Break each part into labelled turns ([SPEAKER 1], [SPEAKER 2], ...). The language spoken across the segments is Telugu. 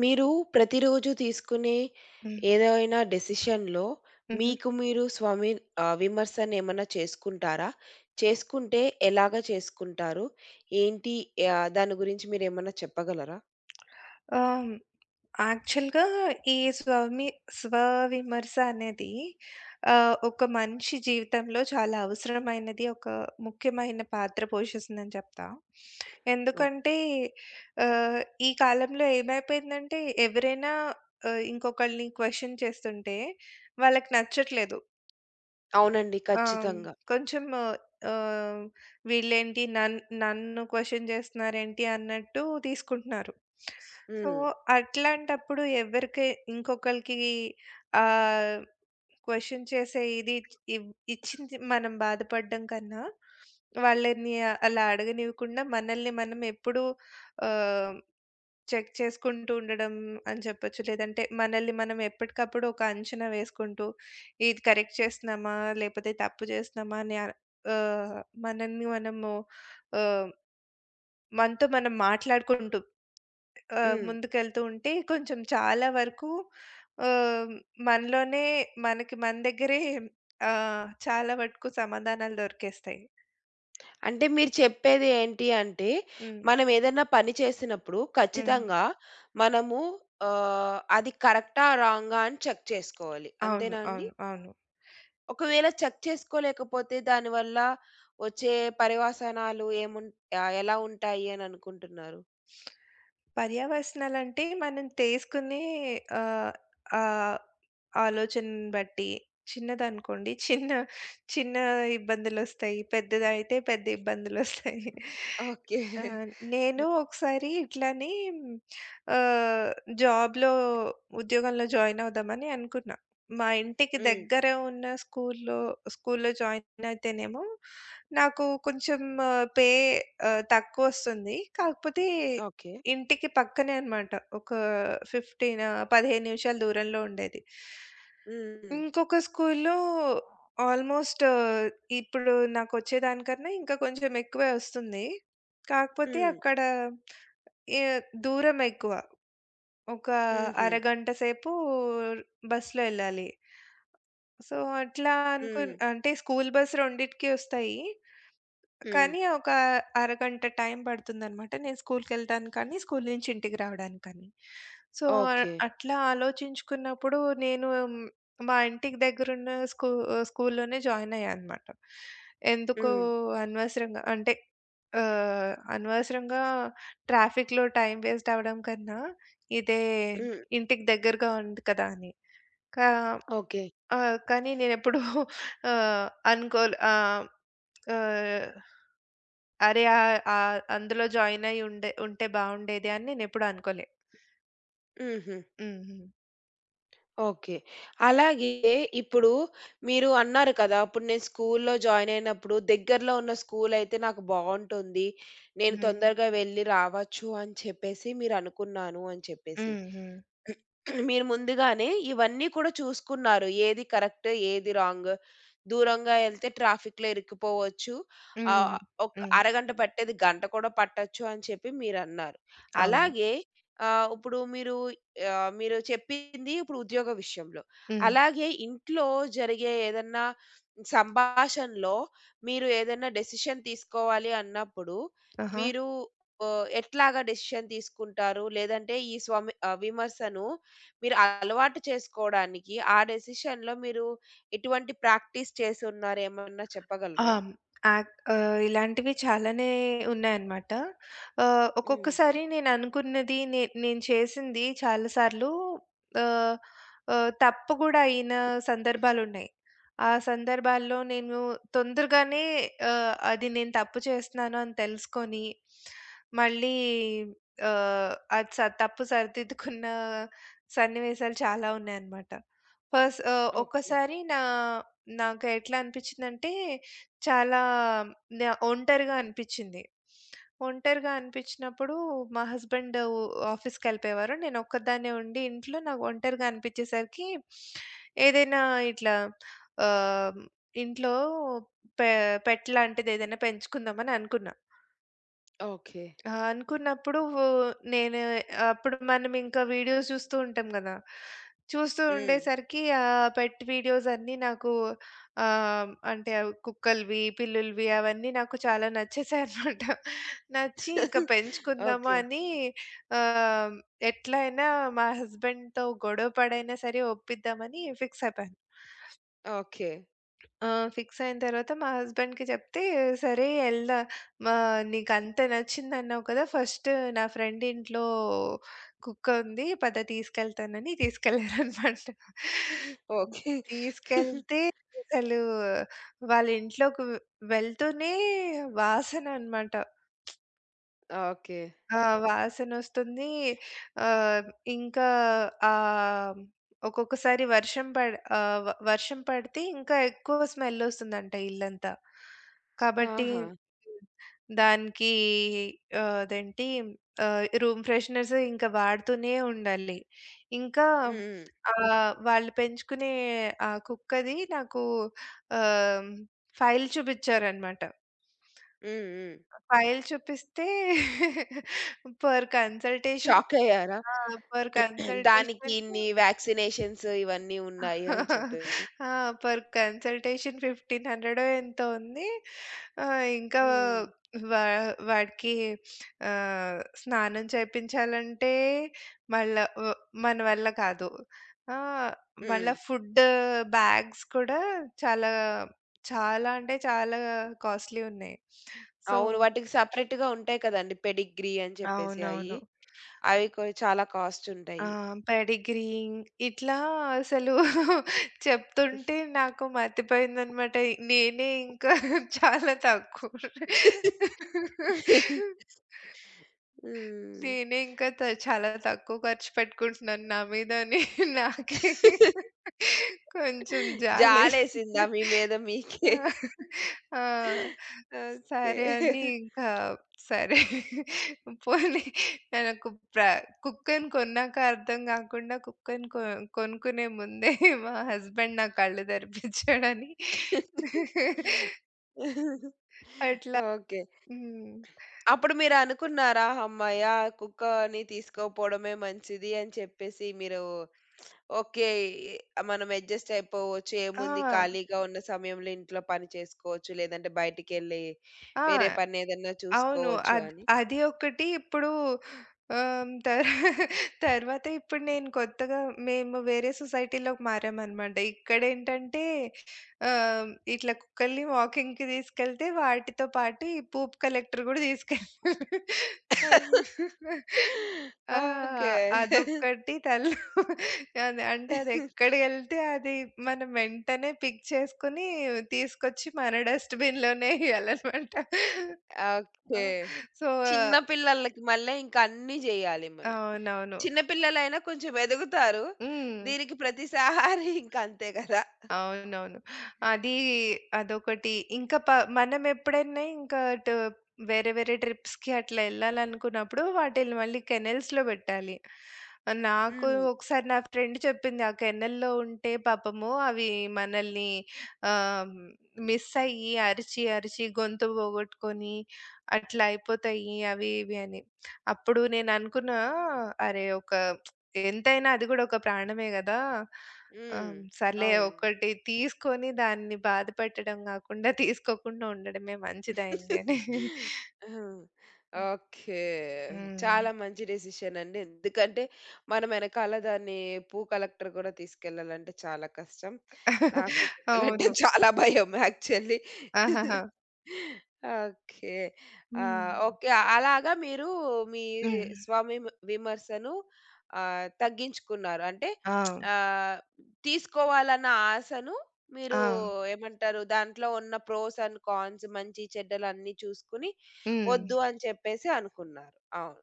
[SPEAKER 1] మీరు ప్రతిరోజు తీసుకునే
[SPEAKER 2] హ్మ్.
[SPEAKER 1] ఏదైనా డెసిషన్‌లో
[SPEAKER 2] హుహు.
[SPEAKER 1] మీకు మీరు స్వమి విమర్శన ఏమన్నా చేసుకుంటారా? చేసుకుంటే ఎలాగ చేసుకుంటారు? ఏంటి దాని గురించి మీరేమన్నా చెప్పగలరా?
[SPEAKER 2] ఆహ్, యాక్చువల్‌గా ఈ స్వవిమర్శ అనేది ఒక మనిషి జీవితంలో చాలా అవసరమైనది. ఒక ముఖ్యమైన పాత్ర పోషిస్తుందని చెప్తా.
[SPEAKER 1] ఓహ్!
[SPEAKER 2] ఎందుకంటే ఆహ్, ఈ కాలంలో ఏమైపోయిందంటే ఎవరైనా ఇంకొకళ్ళని క్వెషన్ చేస్తుంటే వాళ్ళకి నచ్చట్లేదు.
[SPEAKER 1] అవునండి.
[SPEAKER 2] ఆహ్,
[SPEAKER 1] ఖచ్చితంగా.
[SPEAKER 2] కొంచెం ఆహ్, వీళ్ళేంటి నన్ నన్ను క్వెషన్ చేస్తున్నారేంటి అన్నట్టు తీసుకుంటున్నారు. సో,
[SPEAKER 1] హ్మ్.
[SPEAKER 2] అట్లాంటప్పుడు ఇంకొకళ్ళకి ఆహ్, క్వెషన్ చేసే ఇది ఇవ్ ఇచ్చింది మనం బాధపడడం కన్నా, వాళ్ళని అలా అడగనివ్వకుండా మనల్ని మనం ఎప్పుడూ ఆహ్, చెక్ చేసుకుంటూ ఉండడం అని చెప్పొచ్చు. లేదంటే మనల్ని మనం ఎప్పటికప్పుడు ఒక అంచనా వేసుకుంటూ, ఇది కరెక్ట్ చేస్తున్నామా? లేపోతే తప్పు చేస్తున్నామా? అని ఆహ్, ఆహ్, మనల్ని మనము ఆహ్, మనతో మనం మాట్లాడుకుంటూ
[SPEAKER 1] హ్మ్.
[SPEAKER 2] ముందుకెళ్తూ ఉంటే కొంచెం చాలా వరకు ఆహ్, మనలోనే మనకి మన దగ్గరే చాలా వరకు సమాధానాలు దొరికేస్తాయి.
[SPEAKER 1] అంటే మీరు చెప్పేది ఏంటి అంటే,
[SPEAKER 2] హ్మ్.
[SPEAKER 1] మనం ఏదైనా పని చేసినప్పుడు
[SPEAKER 2] హ్మ్.
[SPEAKER 1] ఖచ్చితంగా మనము అది కరెక్టా? రాంగా? అని చెక్ చేసుకోవాలి.
[SPEAKER 2] అవును,
[SPEAKER 1] అంతేనా అండి?
[SPEAKER 2] అవును, అవును.
[SPEAKER 1] ఒకవేళ చెక్ చేసుకోలేకపోతే దానివల్ల వచ్చే పర్యవసానాలు ఎలా ఉంటాయి అని అనుకుంటున్నారు?
[SPEAKER 2] పర్యవసనాలంటే మనం తీసుకునే ఆహ్, ఆహ్, ఆలోచనను బట్టి చిన్నదనుకోండి, చిన్న చిన్న ఇబ్బందులొస్తాయి. పెద్దదైతే పెద్ద ఇబ్బందులొస్తాయి.
[SPEAKER 1] ఓకే.
[SPEAKER 2] ఆ! నేను ఒకసారి ఇట్లానే ఆహ్, జాబ్‌లో ఉద్యోగంలో జాయిన్ అవుదామని అనుకున్నా. మా ఇంటికి
[SPEAKER 1] హ్మ్.
[SPEAKER 2] దగ్గర ఉన్న స్కూల్‌లో స్కూల్‌లో జాయిన్ అయితేనేమో నాకు కొంచెం పే తక్కువొస్తుంది. కాకపోతే
[SPEAKER 1] ఓకే.
[SPEAKER 2] ఇంటికి పక్కనే అన్నమాట. ఒక 15 15 నిమిషాల దూరంలో ఉండేది.
[SPEAKER 1] హ్మ్.
[SPEAKER 2] ఇంకొక స్కూల్‌లో ఆల్‌మోస్ట్ ఇప్పుడు నాకొచ్చే దానికన్నా ఇంకా కొంచెం ఎక్కువే వస్తుంది. కాకపోతే
[SPEAKER 1] హ్మ్.
[SPEAKER 2] అక్కడ ఎ దూరం ఎక్కువ. ఒక
[SPEAKER 1] హుహు.
[SPEAKER 2] అరగంట సేపు బస్‌లో ఎళ్ళాలి. సో, అట్లా అనుకున్
[SPEAKER 1] హ్మ్.
[SPEAKER 2] అంటే స్కూల్ బస్ రెండిటికి వస్తాయి.
[SPEAKER 1] హ్మ్.
[SPEAKER 2] కానీ ఒక అరగంట టైం పడుతుందనమాట. నేను స్కూల్‌కెళ్ళడానికి కానీ, స్కూల్ నుంచి ఇంటికి రావడానికి కానీ. So,
[SPEAKER 1] okay.
[SPEAKER 2] అట్లా ఆలోచించుకున్నప్పుడు నేను మ్, మా ఇంటికి దగ్గరున్న స్కూల్‌లోనే జాయిన్ అయ్యా అనమాట. ఎందుకో
[SPEAKER 1] హ్మ్.
[SPEAKER 2] అనవసరంగా అంటే అనవసరంగా ట్రాఫిక్‌లో టైం వేస్ట్ అవ్వడం కన్నా, ఇదే
[SPEAKER 1] హ్మ్.
[SPEAKER 2] ఇంటికి దగ్గరగా ఉంది కదా అని. కా
[SPEAKER 1] ఓకే.
[SPEAKER 2] కానీ నేనెప్పుడూ ఆహ్, అనుకోలే ఆహ్, ఆహ్ అరే! ఆహ్, ఆహ్, అందులో జాయిన్ అయ్యి ఉండే ఉంటే బావుండేది అని నేనెప్పుడూ అనుకోలే.
[SPEAKER 1] హుహు.
[SPEAKER 2] హ్మ్. హ్మ్.
[SPEAKER 1] ఓకే. అలాగే ఇప్పుడు మీరు అన్నారు కదా! అప్పుడు నేను స్కూల్లో జాయిన్ అయినప్పుడు దగ్గరలో ఉన్న స్కూల్ అయితే నాకు బావుంటుంది. నేను
[SPEAKER 2] హ్మ్.
[SPEAKER 1] తొందరగా వెళ్లి రావచ్చు అని చెప్పేసి మీరనుకున్నాను అని చెప్పేసి.
[SPEAKER 2] హ్మ్. హ్మ్.
[SPEAKER 1] మీరు ముందుగానే ఇవన్నీ కూడా చూసుకున్నారు. ఏది కరెక్ట్, ఏది రాంగ్. దూరంగా ఎళ్తే ట్రాఫిక్‌లో ఇరుక్కుపోవచ్చు.
[SPEAKER 2] హ్మ్.
[SPEAKER 1] ఆహ్, ఒక
[SPEAKER 2] హ్మ్.
[SPEAKER 1] అరగంట పట్టేది గంట కూడా పట్టొచ్చు అని చెప్పి మీరన్నారు.
[SPEAKER 2] అవును.
[SPEAKER 1] అలాగే ఆహ్, ఇప్పుడు మీరు ఆహ్, మీరు చెప్పింది ఇప్పుడు ఉద్యోగ విషయంలో.
[SPEAKER 2] హ్మ్.
[SPEAKER 1] అలాగే ఇంట్లో జరిగే ఏదన్నా సంభాషణలో మీరు ఏదైనా డెసిషన్ తీసుకోవాలి అన్నప్పుడు
[SPEAKER 2] ఆహా!
[SPEAKER 1] మీరు ఎట్లాగా డెసిషన్ తీసుకుంటారు? లేదంటే ఈ స్వమి విమర్శను మీరు అలవాటు చేసుకోడానికి ఆ డెసిషన్‌లో మీరు ఎటువంటి ప్రాక్టీస్ చేసున్నారో ఏమన్నా
[SPEAKER 2] ఆ!
[SPEAKER 1] చెప్పగలరా?
[SPEAKER 2] ఇలాంటివి చాలానే ఉన్నాయన్నమాట.
[SPEAKER 1] హ్మ్.
[SPEAKER 2] ఒక్కొక్కసారి నేననుకున్నది నే నేను చేసింది చాలా సార్లు ఆహ్, ఆహ్, తప్పు గూడా అయిన సందర్భాలున్నాయి. ఆ సందర్భాల్లో నేను తొందరగానే అది నేను తప్పు చేస్తున్నాను అని తెలుసుకొని, మళ్ళీ అది తప్పు సరిదిద్దుకున్న సన్నివేశాలు చాలా ఉన్నాయన్నమాట. ఫస్ ఆహ్,
[SPEAKER 1] ఓకే.
[SPEAKER 2] ఒక్కసారి నా నాకు ఎట్లా అనిపించిందంటే చాలా న ఒంటరిగా అనిపిచ్చింది. ఒంటరిగా అనిపిచ్చినప్పుడు మా హస్బెండ్ ఆఫీస్‌కెళ్ళిపోయేవారు. నేను ఒక్కదాన్నే ఉండి ఇంట్లో నాకు ఒంటరిగా అనిపిచ్చేసరికి ఏదైనా ఇట్లా ఆహ్, ఇంట్లో పె పెట్ లాంటిది ఏదైనా పెంచుకుందామని అనుకున్నా.
[SPEAKER 1] ఓకే.
[SPEAKER 2] ఆ! అనుకున్నప్పుడు నేను అప్పుడు మనం ఇంకా వీడియోస్ చూస్తూ ఉంటాం గదా! చూస్తూ
[SPEAKER 1] హ్మ్.
[SPEAKER 2] ఉండేసరికి ఆ పెట్ వీడియోస్ అన్నీ నాకు అంటే అవి కుక్కలవి, పిల్లులవి అవన్నీ నాకు చాలా నచ్చేసాయనమాట. నచ్చి ఇంకా పెంచుకుందాము
[SPEAKER 1] ఓకే.
[SPEAKER 2] అని ఆహ్, ఎట్లైనా మా హస్బెండ్‌తో గొడవ పడైనా సరే ఒప్పిద్దామని ఫిక్స్ అయిపోయాను.
[SPEAKER 1] ఓకే.
[SPEAKER 2] ఆ! ఫిక్స్ అయిన తర్వాత మా హస్బెండ్‌కి చెప్తే, "సరే ఎళ్దా మా నీకంత నచ్చిందన్నావు కదా! ఫస్ట్ నా ఫ్రెండ్ ఇంట్లో కుక్క ఉంది. పద తీసుకెళ్తానని" తీసుకెళ్లారనమాట.
[SPEAKER 1] ఓకే.
[SPEAKER 2] తీసుకెళ్తే అసలు వాళ్ళ ఇంట్లోకి వెళ్తూనే వాసననమాట.
[SPEAKER 1] ఓకే.
[SPEAKER 2] ఆ! వాసనొస్తుంది. ఆహ్, ఇంకా ఆహ్, ఒక్కొక్కసారి వర్షం పడ్ ఆహ్, వ వర్షం పడితే ఇంకా ఎక్కువ స్మెల్లొస్తుందంట ఇల్లంతా. కాబట్టి
[SPEAKER 1] ఆహా!
[SPEAKER 2] హ్మ్. దానికి ఆహ్, అదేంటి రూమ్ ఫ్రెషనర్స్ ఇంకా వాడుతూనే ఉండాలి. ఇంకా
[SPEAKER 1] హ్మ్.
[SPEAKER 2] వాళ్ళు పెంచుకునే ఆ కుక్కది నాకు ఆహ్, ఫైల్ చూపిచ్చారనమాట.
[SPEAKER 1] హ్మ్. హ్మ్.
[SPEAKER 2] ఫైల్ చూపిస్తే పర్ కన్సల్టేషన్
[SPEAKER 1] షాకయ్యారా?
[SPEAKER 2] ఆ! పర్
[SPEAKER 1] దానికి
[SPEAKER 2] కన్సల్టేషన్
[SPEAKER 1] ఇన్ని వ్యాక్సినేషన్స్ ఇవన్నీ ఉన్నాయి అని చెప్పేసి.
[SPEAKER 2] ఆ! పర్ కన్సల్టేషన్ 1500 ఎంతో ఉంది. ఇంకా
[SPEAKER 1] హ్మ్.
[SPEAKER 2] వా వాడికి స్నానం చేపించాలంటే మళ్ళా వ మన వల్ల కాదు. ఆ! మళ్ళా
[SPEAKER 1] హ్మ్.
[SPEAKER 2] ఫుడ్ బ్యాగ్స్ కూడా చాలా, చాలా అంటే చాలా కాస్ట్‌లీ ఉన్నాయి. సో
[SPEAKER 1] అవును. వాటికి సెపరేట్‌గా ఉంటాయి కదండీ పెడిగ్రీ అని చెప్పేసి అయి.
[SPEAKER 2] అవునవును.
[SPEAKER 1] అవి కొ చాలా కాస్ట్
[SPEAKER 2] ఆ!
[SPEAKER 1] ఉంటాయి.
[SPEAKER 2] పెడిగ్రీయింగ్ ఇట్లా అసలు చెప్తుంటే నాకు మతిపోయిందనమాట. నేనే ఇంకా చాలా తక్కువ
[SPEAKER 1] హ్మ్.
[SPEAKER 2] నేనే ఇంకా చాలా తక్కువ ఖర్చు పెట్టుకుంటున్నాను నా మీద అని నాకే కొంచెం జాలేసింది.
[SPEAKER 1] జాలేసిందా మీ మీద మీకే?
[SPEAKER 2] ఆ! ఆ!
[SPEAKER 1] ఓకే.
[SPEAKER 2] సరే అని ఇంకా సరే పోనీ నాకు ప్ర కుక్కని కొన్నాక అర్థం కాకుండా కుక్కని కొ కొనుక్కునే ముందే మా హస్బెండ్ నా కళ్ళు తెరిపించాడని అట్లా.
[SPEAKER 1] ఓకే.
[SPEAKER 2] హ్మ్.
[SPEAKER 1] అప్పుడు మీరనుకున్నారా? హమ్మయ్య! కుక్కని తీసుకోపోవడమే మంచిది అని చెప్పేసి మీరు ఓకే. మనం అడ్జస్ట్ అయిపోవచ్చు.
[SPEAKER 2] ఆ!
[SPEAKER 1] ఏముంది ఖాళీగా ఉన్న సమయంలో ఇంట్లో పని చేసుకోవచ్చు. లేదంటే బయటికెళ్ళి
[SPEAKER 2] ఆ!
[SPEAKER 1] వేరే పనేదన్నా
[SPEAKER 2] అవును.
[SPEAKER 1] చూసుకోవచ్చు
[SPEAKER 2] అద్
[SPEAKER 1] అని.
[SPEAKER 2] అది ఒకటి ఇప్పుడు ఆహ్, తర్ తర్వాత ఇప్పుడు నేను కొత్తగా మేము వేరే సొసైటీలోకి మారామనమాట. ఇక్కడేంటంటే ఇట్లా కుక్కల్ని వాకింగ్‌కి తీసుకెళ్తే వాటితో పాటు ఈ పూప్ కలెక్టర్ గూడా తీసుకెళ్ళాలి. ఆ!
[SPEAKER 1] ఓకే.
[SPEAKER 2] అదొక్కటి తల అది అంటే అదెక్కడికెళ్తే అది మనం వెంటనే పిక్ చేసుకొని తీసుకొచ్చి మన డస్ట్‌బిన్‌లోనే ఎయ్యాలనమాట.
[SPEAKER 1] ఓకే.
[SPEAKER 2] ఆ! సో,
[SPEAKER 1] చిన్న పిల్లలకి మళ్ళా ఇంకా అన్నీ జేయాలి మనం.
[SPEAKER 2] అవునవును.
[SPEAKER 1] చిన్న పిల్లలైనా కొంచెం ఎదుగుతారు.
[SPEAKER 2] హ్మ్.
[SPEAKER 1] దీనికి ప్రతిసారి ఇంక అంతే గదా!
[SPEAKER 2] అవునవును. అది అదొకటి. ఇంకా ప మనమెప్పుడైనా ఇంకా టు వేరే వేరే ట్రిప్స్‌కి అట్లా ఎళ్ళాలనుకున్నప్పుడు వాటిల్ని మళ్ళీ కెనెల్స్‌లో పెట్టాలి. నాకు
[SPEAKER 1] హ్మ్.
[SPEAKER 2] ఒకసారి నా ఫ్రెండ్ చెప్పింది, "ఆ కెనెల్‌లో ఉంటే పాపము అవి మనల్ని ఆహ్, మిస్ అయ్యి అరిచి, అరిచి గొంతు పోగొట్టుకొని అట్లా అయిపోతాయి అవి ఇవి" అని. అప్పుడు నేననుకున్నా, "అరే! ఒక ఎంతైనా అది కూడా ఒక ప్రాణమే గదా!" ఆ!
[SPEAKER 1] హ్మ్.
[SPEAKER 2] సర్లే
[SPEAKER 1] అవును.
[SPEAKER 2] ఒకటి తీసుకొని దాన్ని బాధపెట్టడం గాకుండా తీసుకోకుండా ఉండడమే మంచిదయింది అని.
[SPEAKER 1] హ్మ్. ఓకే.
[SPEAKER 2] హ్మ్.
[SPEAKER 1] చాలా మంచి డెసిషన్ అండి. ఎందుకంటే మనం ఎనకాల దాన్ని పూ కలెక్టర్ గూడా తీసుకెళ్ళాలంటే చాలా కష్టం. నాకు కుక్కలంటే
[SPEAKER 2] అవును.
[SPEAKER 1] చాలా భయం యాక్చువల్లీ.
[SPEAKER 2] ఆహాహా!
[SPEAKER 1] ఓకే.
[SPEAKER 2] హ్మ్.
[SPEAKER 1] ఓకే. అలాగా మీరు మీ
[SPEAKER 2] హ్మ్.
[SPEAKER 1] స్వవిమ విమర్శను తగ్గించుకున్నారు. అంటే
[SPEAKER 2] ఆ!
[SPEAKER 1] ఆహ్, తీసుకోవాలన్న ఆశను
[SPEAKER 2] ఆ!
[SPEAKER 1] మీరు ఏమంటారు? దాంట్లో ఉన్న ప్రోస్ అండ్ కాన్స్ మంచి చెడ్డలన్నీ చూసుకొని
[SPEAKER 2] హ్మ్.
[SPEAKER 1] వద్దు అని చెప్పేసి అనుకున్నారు. అవును.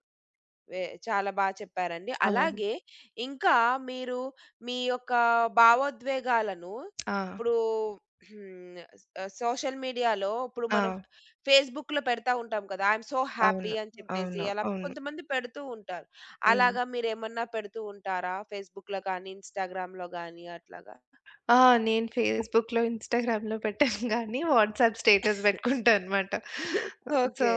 [SPEAKER 1] వే చాలా బా చెప్పారండి.
[SPEAKER 2] ఆ!
[SPEAKER 1] అలాగే ఇంకా మీరు మీ యొక్క భావోద్వేగాలను
[SPEAKER 2] ఆ!
[SPEAKER 1] ఇప్పుడు హ్మ్. స్ సోషల్ మీడియాలో ఇప్పుడు
[SPEAKER 2] ఆ!
[SPEAKER 1] మనం ఫేస్‌బుక్‌లో పెడతా ఉంటాం కదా! ఐ యామ్ సో హ్యాపీ
[SPEAKER 2] అవును,
[SPEAKER 1] అని
[SPEAKER 2] అవును,
[SPEAKER 1] చెప్పేసి అలా
[SPEAKER 2] అవును.
[SPEAKER 1] కొంతమంది పెడుతూ ఉంటారు.
[SPEAKER 2] హ్మ్.
[SPEAKER 1] అలాగా మీరేమన్నా పెడుతూ ఉంటారా? ఫేస్‌బుక్‌లో కానీ, ఇన్‌స్టాగ్రామ్‌లో గానీ అట్లాగా?
[SPEAKER 2] ఆ! నేను ఫేస్‌బుక్‌లో, ఇన్‌స్టాగ్రామ్‌లో పెట్టను గానీ వాట్సాప్ స్టేటస్ బెట్టుకుంటా అనమాట. So,
[SPEAKER 1] okay.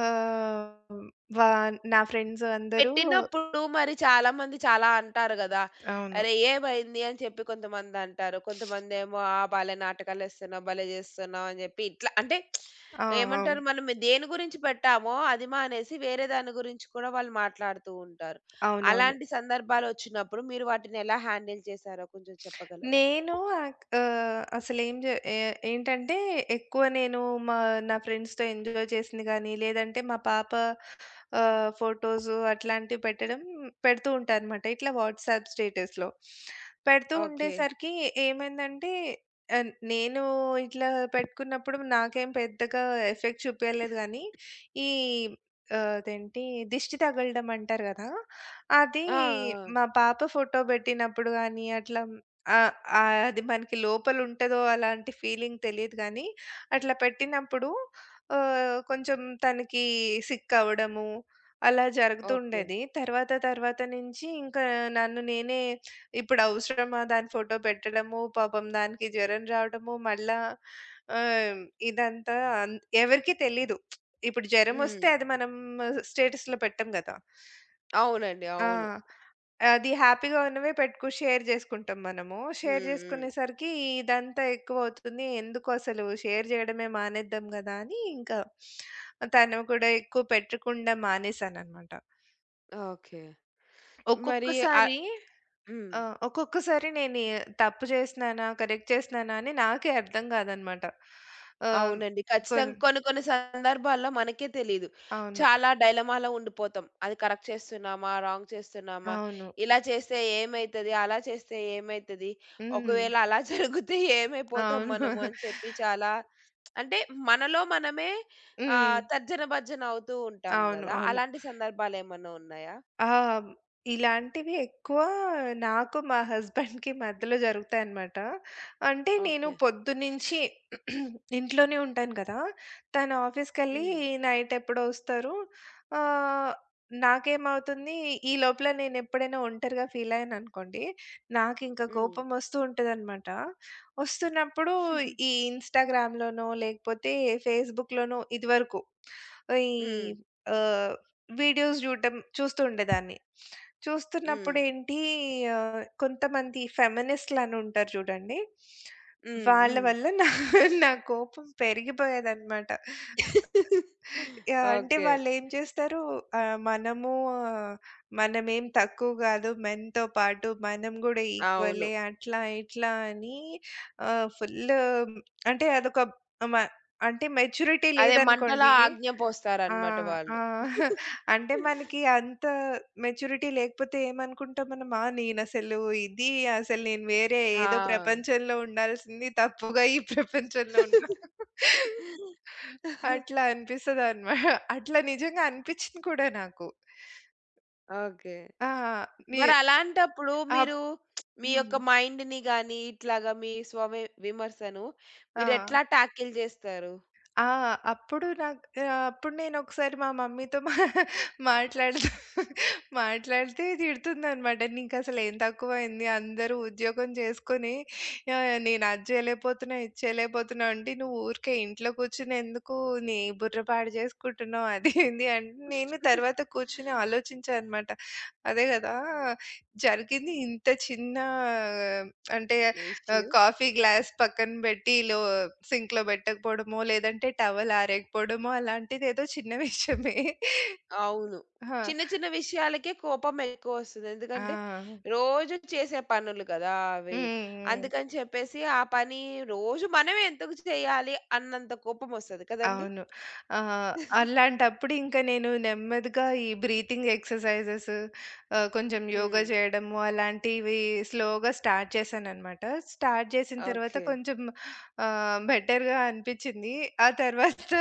[SPEAKER 2] ఆహ్, వా నా ఫ్రెండ్స్ అందరూ
[SPEAKER 1] పెట్టినప్పుడు మరి చాలామంది చాలా అంటారు గదా!
[SPEAKER 2] అవును.
[SPEAKER 1] "అరే! ఏమైంది?" అని చెప్పి కొంతమందంటారు. కొంతమందేమో "ఆ! భలే నాటకాలేస్తున్నావు, భలే జేస్తున్నావు" అని జెప్పి ఇట్లా అంటే
[SPEAKER 2] ఆ! ఆ!
[SPEAKER 1] ఏమంటారు మనం దేని గురించి పెట్టామో అది మానేసి వేరే దాని గురించి కూడా వాళ్ళు మాట్లాడుతూ ఉంటారు.
[SPEAKER 2] అవునవును.
[SPEAKER 1] అలాంటి సందర్భాలొచ్చినప్పుడు మీరు వాటిని ఎలా హ్యాండిల్ చేశారో కొంచెం చెప్పగలరా?
[SPEAKER 2] నేను ఆక్ ఆహ్, అసలేం జే ఏ ఏంటంటే ఎక్కువ నేను మా నా ఫ్రెండ్స్‌తో ఎంజాయ్ చేసింది గాని, లేదంటే మా పాప ఫోటోసు అట్లాంటివి పెట్టడం పెడుతూ ఉంటా అనమాట, ఇట్లా వాట్సాప్ స్టేటస్‌లో. పెడుతూ
[SPEAKER 1] ఓకే.
[SPEAKER 2] ఉండేసరికి ఏమైందంటే నేను ఇట్లా పెట్టుకున్నప్పుడు నాకేం పెద్దగా ఎఫెక్ట్ చూపియలేదు గానీ, ఈ ఆహ్, అదేంటి దిష్టి తగలడం అంటారు గదా! అది
[SPEAKER 1] ఆ! ఆ!
[SPEAKER 2] మా పాప ఫోటో బెట్టినప్పుడు గానీ, అట్లా ఆహ్, ఆహ్, అది మనకి లోపల ఉంటదో అలాంటి ఫీలింగ్ తెలీదు గానీ, అట్లా పెట్టినప్పుడు కొంచెం తనకి సిక్ అవ్వడము అలా
[SPEAKER 1] ఓకే.
[SPEAKER 2] జరుగుతుండేది. తర్వాత తర్వాత నుంచి ఇంకా నన్ను నేనే ఇప్పుడు అవసరమా దాని ఫోటో పెట్టడము, పాపం దానికి జ్వరం రావడము, మళ్ళా ఆహ్, ఇదంతా అన్ ఎవరికీ తెలీదు. ఇప్పుడు జరమొస్తే
[SPEAKER 1] హ్మ్.
[SPEAKER 2] అది మనం స్టేటస్‌లో పెట్టం గదా!
[SPEAKER 1] అవునండి.
[SPEAKER 2] ఆ!
[SPEAKER 1] అవును.
[SPEAKER 2] అది హ్యాపీగా ఉన్నవే పెట్టుకు షేర్ జేసుకుంటాం మనము. షేర్
[SPEAKER 1] హ్మ్. హ్మ్.
[SPEAKER 2] జేసుకునేసరికి ఇదంతా ఎక్కువవుతుంది. ఎందుకు అసలు షేర్ జేయడమే మానేద్దాం గదా! అని ఇంకా తను కూడా ఎక్కువ పెట్టకుండా మానేసాననమాట.
[SPEAKER 1] ఓకే. మరి ఆహ్
[SPEAKER 2] ఒక్కొక్కసారి
[SPEAKER 1] హ్మ్.
[SPEAKER 2] ఒక్కొక్కసారి నేను తప్పు చేస్తున్నానా? కరెక్ట్ చేస్తున్నానా? అని నాకే అర్థం కాదనమాట. ఆహ్,
[SPEAKER 1] అవునండి.
[SPEAKER 2] కొన్
[SPEAKER 1] ఖచ్చితంగా కొన్ని కొన్ని సందర్భాల్లో మనకే తెలీదు.
[SPEAKER 2] అవును,
[SPEAKER 1] చాలా డైలమాలో ఉండిపోతాం. అది కరెక్ట్ చేస్తున్నామా? రాంగ్ చేస్తున్నామా?
[SPEAKER 2] అవును.
[SPEAKER 1] ఇలా చేస్తే ఏమైతది? అలా చేస్తే ఏమైతది?
[SPEAKER 2] హ్మ్.
[SPEAKER 1] ఒకవేళ అలా జరిగితే ఏమైపోతాం
[SPEAKER 2] అవును.
[SPEAKER 1] మనము అని చెప్పి చాలా అంటే మనలో మనమే
[SPEAKER 2] హ్మ్.
[SPEAKER 1] తర్జన భర్జన అవుతూ ఉంటాం
[SPEAKER 2] అవును,
[SPEAKER 1] గదా!
[SPEAKER 2] అవును.
[SPEAKER 1] అలాంటి సందర్భాలేమన్నా ఉన్నాయా?
[SPEAKER 2] ఆ! ఇలాంటివి ఎక్కువ నాకు, మా హస్బెండ్‌కి మధ్యలో జరుగుతాయన్నమాట. అంటే నేను
[SPEAKER 1] ఓకే.
[SPEAKER 2] పొద్దున్నుంచి ఇంట్లోనే ఉంటాను కదా! తను ఆఫీస్‌కెళ్ళి
[SPEAKER 1] హ్మ్.
[SPEAKER 2] నైట్ ఎప్పుడో వస్తారు. ఆహ్, నాకేమవుతుంది ఈ లోపల, నేను ఎప్పుడైనా ఒంటరిగా ఫీల్ అయ్యాననుకోండి, నాకింకా
[SPEAKER 1] హ్మ్.
[SPEAKER 2] కోపం వస్తూ ఉంటదన్నమాట. వస్తున్నప్పుడు ఈ ఇన్‌స్టాగ్రామ్‌లోనో లేకపోతే ఫేస్‌బుక్‌లోనో ఇదివరకు ఈ
[SPEAKER 1] హ్మ్.
[SPEAKER 2] ఆహ్ వీడియోస్ చూస్తూ ఉండేదాన్ని.
[SPEAKER 1] హ్మ్.
[SPEAKER 2] చూస్తున్నప్పుడేంటి కొంతమంది ఫెమినిస్ట్‌లని ఉంటారు జూడండి.
[SPEAKER 1] హ్మ్.
[SPEAKER 2] వాళ్ళ
[SPEAKER 1] హ్మ్.
[SPEAKER 2] వల్ల నా నా కోపం పెరిగిపోయేదనమాట. యాహ్! అంటే
[SPEAKER 1] ఓకే.
[SPEAKER 2] వాళ్ళేం చేస్తారు ఆహ్, మనము ఆ, మనమేం తక్కువ గాదు, మెన్‌తో పాటు మనం గూడా
[SPEAKER 1] అవును.
[SPEAKER 2] ఈక్వలే అట్లా ఇట్లా అని ఫుల్లు అంటే అదొక మ అంటే మెచ్యూరిటీ
[SPEAKER 1] అదే మంటలో
[SPEAKER 2] లేదనుకోండి.
[SPEAKER 1] ఆజ్ఞ
[SPEAKER 2] ఆ!
[SPEAKER 1] పోస్తారన్నమాట
[SPEAKER 2] ఆ!
[SPEAKER 1] వాళ్ళు.
[SPEAKER 2] అంటే మనకి అంత మెచ్యూరిటీ లేకపోతే ఏమనుకుంటాం మనం? ఆ! ఇది, అసలు నేను వేరే ఏదో
[SPEAKER 1] ఆ!
[SPEAKER 2] ప్రపంచంలో ఉండాల్సింది, తప్పుగా ఈ ప్రపంచంలో ఉన్నా. అట్లా అనిపిస్తదన్నమాట. అట్లా నిజంగా అనిపిచ్చింది కూడా నాకు.
[SPEAKER 1] ఓకే.
[SPEAKER 2] ఆ! ని
[SPEAKER 1] మరలాంటప్పుడు
[SPEAKER 2] అప్
[SPEAKER 1] మీరు మీ
[SPEAKER 2] హ్మ్.
[SPEAKER 1] యొక్క మైండ్‌ని గాని, ఇట్లాగా మీ స్వవి విమర్శను
[SPEAKER 2] ఆ!
[SPEAKER 1] మీరెట్లా టాకిల్ జేస్తారు?
[SPEAKER 2] ఆ! అప్పుడు నాకు అప్పుడు నేనొకసారి మా మమ్మీతో మా మాట్లాడుతూ మాట్లాడితే తిడుతుందనమాట. "నీకసలేం తక్కువైంది? అందరూ ఉద్యోగం చేసుకొని నేను అది చేయలేకపోతున్నా, ఇది చేయలేకపోతున్నా అంటే నువ్వు ఊరికే ఇంట్లో కూర్చొని ఎందుకు నీ బుర్ర పాడు చేసుకుంటున్నావు?" అది ఇది అంటే నేను తర్వాత కూర్చొని ఆలోచించా అనమాట. అదే కదా జరిగింది? ఇంత చిన్న అంటే
[SPEAKER 1] విష్
[SPEAKER 2] కాఫీ గ్లాస్ పక్కన బెట్టి లో సింక్‌లో బెట్టకపోవడమో, లేదంటే టవల్ ఆరేయకపోవడమో అలాంటిదేదో చిన్న విషయమే.
[SPEAKER 1] అవును.
[SPEAKER 2] ఆ!
[SPEAKER 1] చిన్న చిన్న విషయాలకే కోపం ఎక్కువొస్తది.
[SPEAKER 2] ఆ!
[SPEAKER 1] ఎందుకంటే రోజు చేసే పనులు కదా! అవి.
[SPEAKER 2] హ్మ్.
[SPEAKER 1] అందుకని చెప్పేసి ఆ పని రోజు మనమే ఎందుకు చేయాలి అన్నంత కోపమొస్తది కదండీ!
[SPEAKER 2] అవును. ఆహ్,
[SPEAKER 1] హ్మ్.
[SPEAKER 2] అలాంటప్పుడు ఇంక నేను నెమ్మదిగా ఈ బ్రీతింగ్ ఎక్సర్‌సైజెస్, కొంచెం యోగా చేయడము అలాంటివి స్లోగా స్టార్ట్ చేశాననమాట. స్టార్ట్ చేసిన తర్వాత
[SPEAKER 1] ఓకే.
[SPEAKER 2] కొంచెం బెటర్‌గా అనిపిచ్చింది. ఆ తర్వాత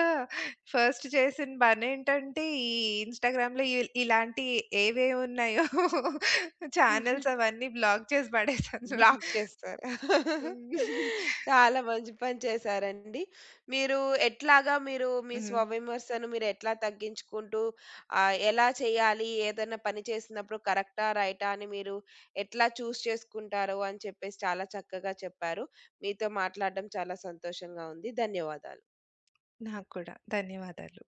[SPEAKER 2] ఫస్ట్ చేసిన పనేంటంటే ఈ ఇన్‌స్టాగ్రామ్‌లో ఇలాంటి ఏవేవి ఉన్నాయో ఛానెల్స్ అవన్నీ బ్లాక్ చేసి పడేశాను.
[SPEAKER 1] బ్లాక్ చేస్తారు. చాలా మంచి పని చేశారండి. మీరు ఎట్లాగా మీరు మీ
[SPEAKER 2] హ్మ్.
[SPEAKER 1] స్వవిమర్శను మీరెట్లా తగ్గించుకుంటూ ఎలా చేయాలి? ఏదైనా పని చేసినప్పుడు కరెక్టా? రైటా? అని మీరు ఎట్లా చూజ్ చేసుకుంటారు అని చెప్పేసి చాలా చక్కగా చెప్పారు. మీతో మాట్లాడడం చాలా సంతోషంగా ఉంది. ధన్యవాదాలు.
[SPEAKER 2] నాకు కూడా. ధన్యవాదాలు.